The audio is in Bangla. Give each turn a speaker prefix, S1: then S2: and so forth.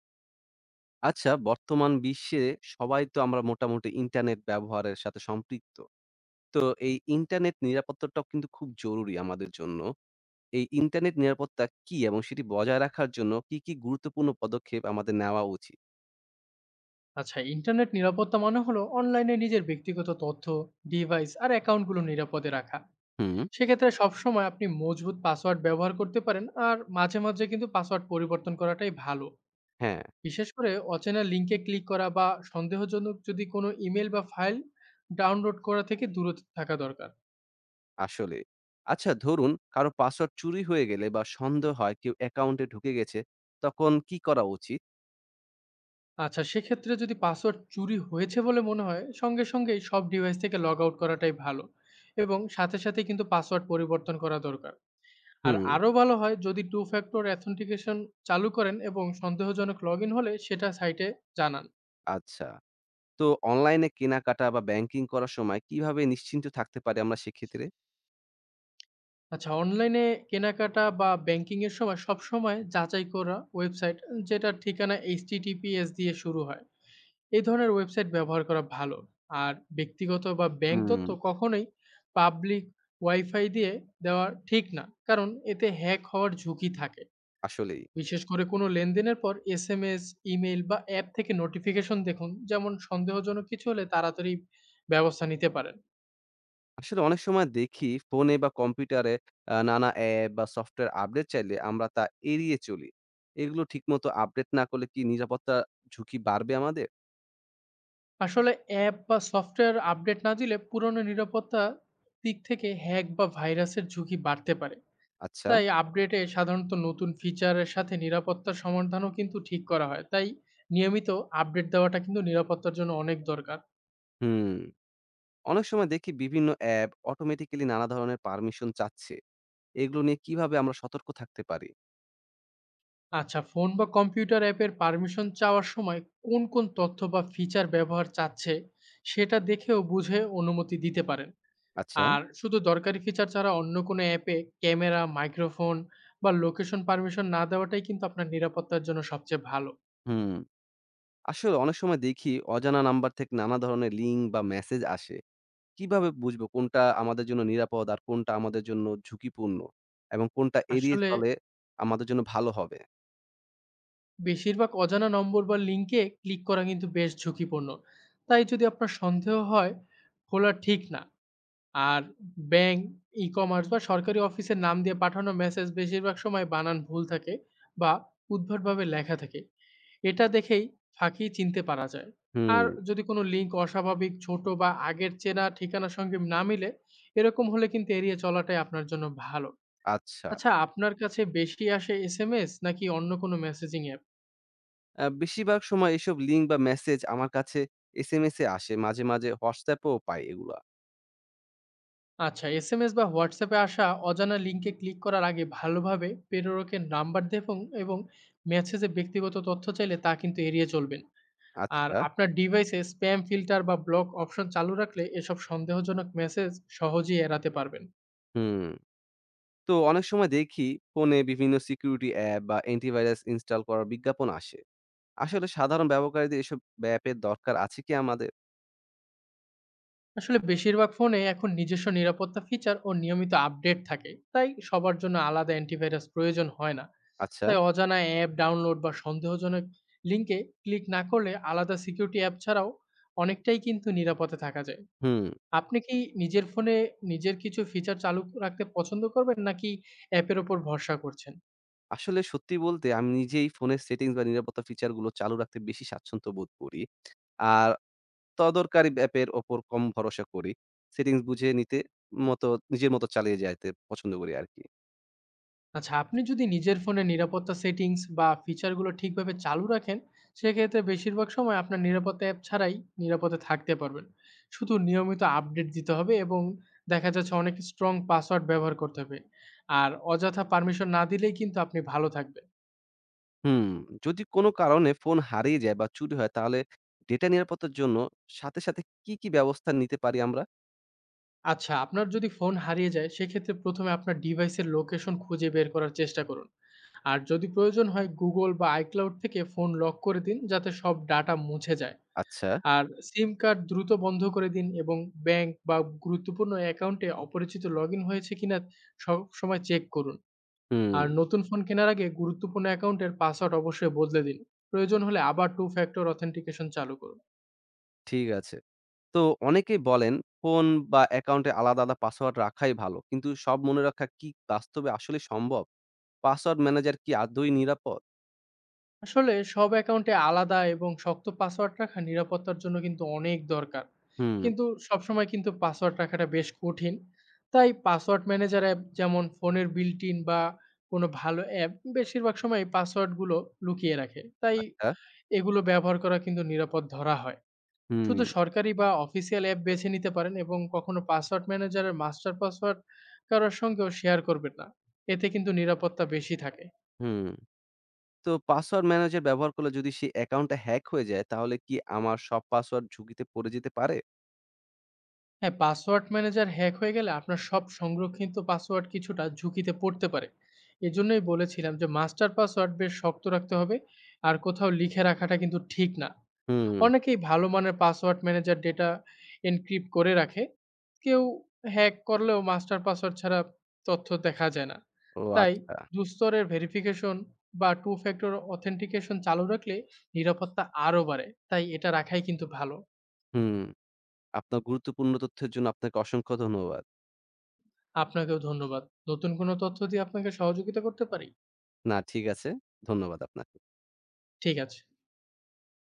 S1: আচ্ছা বর্তমান বিশ্বে সবাই তো আমরা মোটামুটি ইন্টারনেট ব্যবহারের সাথে সম্পৃক্ত। তো এই ইন্টারনেট নিরাপত্তাটাও কিন্তু খুব জরুরি আমাদের জন্য। এই ইন্টারনেট নিরাপত্তা কি এবং সেটি বজায় রাখার জন্য কি গুরুত্বপূর্ণ পদক্ষেপ আমাদের নেওয়া উচিত?
S2: আচ্ছা, ইন্টারনেট নিরাপত্তা মানে হলো অনলাইনে নিজের ব্যক্তিগত তথ্য, ডিভাইস আর অ্যাকাউন্টগুলো নিরাপদে রাখা।
S1: হুম,
S2: সেক্ষেত্রে সবসময় আপনি মজবুত পাসওয়ার্ড ব্যবহার করতে পারেন, আর মাঝে মাঝে কিন্তু পাসওয়ার্ড পরিবর্তন করাটাই ভালো।
S1: হ্যাঁ,
S2: বিশেষ করে অচেনা লিঙ্কে ক্লিক করা বা সন্দেহজনক যদি কোনো ইমেল বা ফাইল ডাউনলোড করা থেকে দূরে থাকা দরকার।
S1: আসলে। আচ্ছা ধরুন কারো পাসওয়ার্ড চুরি হয়ে গেলে বা সন্দেহ হয় কেউ অ্যাকাউন্টে ঢুকে গেছে, তখন কি করা উচিত?
S2: আচ্ছা, সেক্ষেত্রে যদি পাসওয়ার্ড চুরি হয়েছে বলে মনে হয়, সঙ্গে সঙ্গেই সব ডিভাইস থেকে লগ আউট করাটাই ভালো এবং সাথে সাথে কিন্তু পাসওয়ার্ড পরিবর্তন করা দরকার। আর
S1: হুম,
S2: আরো ভালো হয় যদি টু ফ্যাক্টর অ্যাথেন্টিকেশন চালু করেন এবং সন্দেহজনক লগইন হলে সেটা সাইটে জানান।
S1: আচ্ছা। তো অনলাইনে কেনাকাটা বা ব্যাংকিং করার সময় কিভাবে নিশ্চিন্ত থাকতে পারি আমরা সেক্ষেত্রে?
S2: আচ্ছা, অনলাইনে কেনাকাটা বা ব্যাংকিং এর সময় সবসময় যাচাই করা ওয়েবসাইট, যেটার ঠিকানা এইচটিটিপিএস দিয়ে শুরু হয়, এই ধরনের ওয়েবসাইট ব্যবহার করা ভালো। আর ব্যক্তিগত বা ব্যাংক তথ্য
S1: হুম,
S2: কখনোই পাবলিক ওয়াইফাই দিয়ে দেওয়া ঠিক না, কারণ এতে হ্যাক হওয়ার ঝুঁকি থাকে।
S1: আসলেই।
S2: বিশেষ করে কোনো লেনদেনের পর এসএমএস, ইমেইল বা অ্যাপ থেকে নোটিফিকেশন দেখুন, যেমন সন্দেহজনক কিছু হলে তাড়াতাড়ি ব্যবস্থা নিতে পারেন।
S1: আসলে অনেক সময় দেখি ফোনে বা কম্পিউটারে নানা অ্যাপ বা সফটওয়্যার আপডেট চাইলে আমরা তা এড়িয়ে চলি। এগুলো ঠিকমতো আপডেট না করলে কি নিরাপত্তা ঝুঁকি বাড়বে আমাদের?
S2: আসলে অ্যাপ বা সফটওয়্যার আপডেট না দিলে পুরনো নিরাপত্তা দিক থেকে হ্যাক বা ভাইরাসের ঝুঁকি বাড়তে পারে।
S1: আচ্ছা,
S2: তাই আপডেটে সাধারণত নতুন ফিচারের সাথে নিরাপত্তার সমাধানও কিন্তু ঠিক করা হয়। তাই নিয়মিত আপডেট দেওয়াটা কিন্তু নিরাপত্তার জন্য অনেক দরকার।
S1: হুম। অনেক সময় দেখি বিভিন্ন অ্যাপ অটোমেটিক্যালি নানা ধরনের পারমিশন চাচ্ছে। এগুলো নিয়ে কিভাবে আমরা সতর্ক থাকতে পারি?
S2: আচ্ছা, ফোন বা কম্পিউটার অ্যাপের পারমিশন চাওয়ার সময় কোন কোন তথ্য বা ফিচার ব্যবহার চাচ্ছে সেটা দেখেও বুঝে অনুমতি দিতে পারেন।
S1: আচ্ছা,
S2: আর শুধু দরকারি ফিচার ছাড়া অন্য কোনো অ্যাপে ক্যামেরা, মাইক্রোফোন বা লোকেশন পারমিশন না দেওয়াটাই কিন্তু আপনার নিরাপত্তার জন্য সবচেয়ে ভালো।
S1: হুম। আসলে অনেক সময় দেখি অজানা নাম্বার থেকে নানা ধরনের লিঙ্ক বা মেসেজ আসে। কিভাবে বুঝবো কোনটা আমাদের জন্য নিরাপদ আর কোনটা আমাদের জন্য ঝুঁকিপূর্ণ? এবং কোনটা এড়িয়ে
S2: আসলে
S1: চলে আমাদের জন্য ভালো হবে?
S2: বেশিরভাগ অজানা নম্বর বা লিঙ্কে ক্লিক করা কিন্তু বেশ ঝুঁকিপূর্ণ। তাই যদি আপনার সন্দেহ হয়, খোলা ঠিক না। আর ব্যাংক, ই-কমার্স বা সরকারি অফিসের নাম দিয়ে পাঠানো মেসেজ বেশিরভাগ সময় বানান ভুল থাকে বা উদ্ভটভাবে লেখা থাকে। এটা দেখেই ফাঁকি চিনতে পারা যায়।
S1: হুম,
S2: আর যদি কোনো লিঙ্ক অস্বাভাবিক, ছোট বা আগের চেনা ঠিকানার সঙ্গে না মিলে, এরকম হলে কিন্তু এড়িয়ে চলাটাই আপনার জন্য ভালো।
S1: আচ্ছা।
S2: আচ্ছা, আপনার কাছে বেশি আসে এসএমএস নাকি অন্য কোনো মেসেজিং অ্যাপ?
S1: বেশিরভাগ সময় এসব লিঙ্ক বা মেসেজ আমার কাছে এসএমএস এ আসে। মাঝে মাঝে WhatsApp এও পাই এগুলা।
S2: আচ্ছা, এসএমএস বা হোয়াটসঅ্যাপে আসা অজানা লিঙ্কে ক্লিক করার আগে ভালোভাবে প্রেরকের নাম্বার দেখুন এবং মেসেজে ব্যক্তিগত তথ্য চাইলে তা কিন্তু এড়িয়ে চলবেন। আর
S1: আচ্ছা,
S2: আপনার ডিভাইসে স্প্যাম ফিল্টার বা ব্লক অপশন চালু রাখলে এসব সন্দেহজনক মেসেজ সহজেই এড়াতে পারবেন।
S1: হুম। তো অনেক সময় দেখি ফোনে বিভিন্ন সিকিউরিটি অ্যাপ বা অ্যান্টিভাইরাস ইনস্টল করার বিজ্ঞাপন আসে। আসলে সাধারণ ব্যবহারকারীদের এসব অ্যাপের দরকার আছে কি আমাদের?
S2: আসলে বেশিরভাগ ফোনে এখন নিজস্ব নিরাপত্তা ফিচার ও নিয়মিত আপডেট থাকে, তাই সবার জন্য আলাদা অ্যান্টিভাইরাস প্রয়োজন হয় না।
S1: আচ্ছা,
S2: তাই অজানা অ্যাপ ডাউনলোড বা সন্দেহজনক লিঙ্কে ক্লিক না করলে আলাদা সিকিউরিটি অ্যাপ ছাড়াও অনেকটাই কিন্তু নিরাপদে থাকা যায়।
S1: হুম।
S2: আপনি কি নিজের ফোনে নিজের কিছু ফিচার চালু রাখতে পছন্দ করবেন নাকি অ্যাপের ওপর ভরসা করছেন?
S1: আসলে সত্যি বলতে আমি নিজেই ফোনের সেটিংস বা নিরাপত্তা ফিচার গুলো চালু রাখতে বেশি স্বাচ্ছন্দ্য বোধ করি। আর তদরকারি অ্যাপের ওপর কম ভরসা করি। সেটিংস বুঝে নিতে মতো নিজের মতো চালিয়ে যাইতে পছন্দ করি আরকি।
S2: আচ্ছা, আপনি যদি নিজের ফোনে নিরাপত্তা সেটিংস বা ফিচারগুলো ঠিকভাবে চালু রাখেন, সেক্ষেত্রে বেশিরভাগ সময় আপনার নিরাপত্তা অ্যাপ ছাড়াই নিরাপদে থাকতে পারবেন। শুধু নিয়মিত আপডেট দিতে হবে এবং দেখা যাচ্ছে অনেক স্ট্রং পাসওয়ার্ড ব্যবহার করতে হবে। আর অযথা পারমিশন না দিলেই কিন্তু আপনি ভালো থাকবেন।
S1: হুম, যদি কোনো কারণে ফোন হারিয়ে যায় বা চুরি হয় তাহলে ডেটা নিরাপত্তার জন্য সাথে সাথে কি ব্যবস্থা নিতে পারি আমরা?
S2: আচ্ছা, আপনার যদি ফোন হারিয়ে যায়, সেক্ষেত্রে ১ম এ আপনার ডিভাইসের লোকেশন খুঁজে বের করার চেষ্টা করুন। আর যদি প্রয়োজন হয়, Google বা iCloud থেকে ফোন লক করে দিন, যাতে সব ডাটা মুছে যায়।
S1: আচ্ছা,
S2: আর সিম কার্ড দ্রুত বন্ধ করে দিন এবং ব্যাংক বা গুরুত্বপূর্ণ অ্যাকাউন্টে অপরিচিত লগইন হয়েছে কিনা সবসময় চেক করুন।
S1: হুম,
S2: আর নতুন ফোন কেনার আগে গুরুত্বপূর্ণ অ্যাকাউন্টের পাসওয়ার্ড অবশ্যই বদলে দিন। প্রয়োজন হলে আবার টু ফ্যাক্টর অথেন্টিকেশন চালু করুন।
S1: ঠিক আছে। তো অনেকেই বলেন ফোন বা অ্যাকাউন্টে আলাদা আলাদা পাসওয়ার্ড রাখাই ভালো। কিন্তু সব মনে রাখা কি বাস্তবে আসলে সম্ভব? পাসওয়ার্ড ম্যানেজার কি আদৌ নিরাপদ?
S2: আসলে সব অ্যাকাউন্টে আলাদা এবং শক্ত পাসওয়ার্ড রাখা নিরাপত্তার জন্য কিন্তু অনেক দরকার।
S1: হুম।
S2: কিন্তু সবসময় কিন্তু পাসওয়ার্ড রাখাটা বেশ কঠিন। তাই পাসওয়ার্ড ম্যানেজার অ্যাপ, যেমন ফোনের বিল্ট ইন বা কোনো ভালো অ্যাপ, বেশিরভাগ সময় পাসওয়ার্ডগুলো লুকিয়ে রাখে, তাই
S1: আচ্ছা,
S2: এগুলো ব্যবহার করা কিন্তু নিরাপদ ধরা হয়।
S1: হুম,
S2: শুধু সরকারি বা অফিসিয়াল অ্যাপ বেছে নিতে পারেন এবং কখনো পাসওয়ার্ড ম্যানেজারের মাস্টার পাসওয়ার্ড কারোর সঙ্গেও শেয়ার করবেন না। এতে কিন্তু নিরাপত্তা বেশি থাকে।
S1: হুম। তো পাসওয়ার্ড ম্যানেজার ব্যবহার করলে যদি সেই অ্যাকাউন্টটা হ্যাক হয়ে যায় তাহলে কি আমার সব পাসওয়ার্ড ঝুঁকিতে পড়ে যেতে পারে?
S2: হ্যাঁ, পাসওয়ার্ড ম্যানেজার হ্যাক হয়ে গেলে আপনার সব সংরক্ষিত পাসওয়ার্ড কিছুটা ঝুঁকিতে পড়তে পারে। এজন্যই বলেছিলাম যে মাস্টার পাসওয়ার্ড বেশ শক্ত রাখতে হবে আর কোথাও লিখে রাখাটা কিন্তু ঠিক না।
S1: হুম।
S2: অনেকেই ভালো মানের পাসওয়ার্ড ম্যানেজার ডেটা এনক্রিপ্ট করে রাখে। কেউ হ্যাক করলেও মাস্টার পাসওয়ার্ড ছাড়া তথ্য দেখা যায় না।
S1: ও
S2: তাই
S1: আচ্ছা।
S2: দুস্তরের ভেরিফিকেশন বা টু ফ্যাক্টর অথেন্টিকেশন চালু রাখলে নিরাপত্তা আরও বাড়ে। তাই এটা রাখাই কিন্তু ভালো।
S1: হুম। আপনার গুরুত্বপূর্ণ তথ্যের জন্য আপনাকে অসংখ্য ধন্যবাদ।
S2: আপনাকেও ধন্যবাদ। নতুন কোনো তথ্য দিয়ে আপনাকে সহযোগিতা করতে পারি?
S1: না ঠিক আছে। ধন্যবাদ আপনাকে।
S2: ঠিক আছে।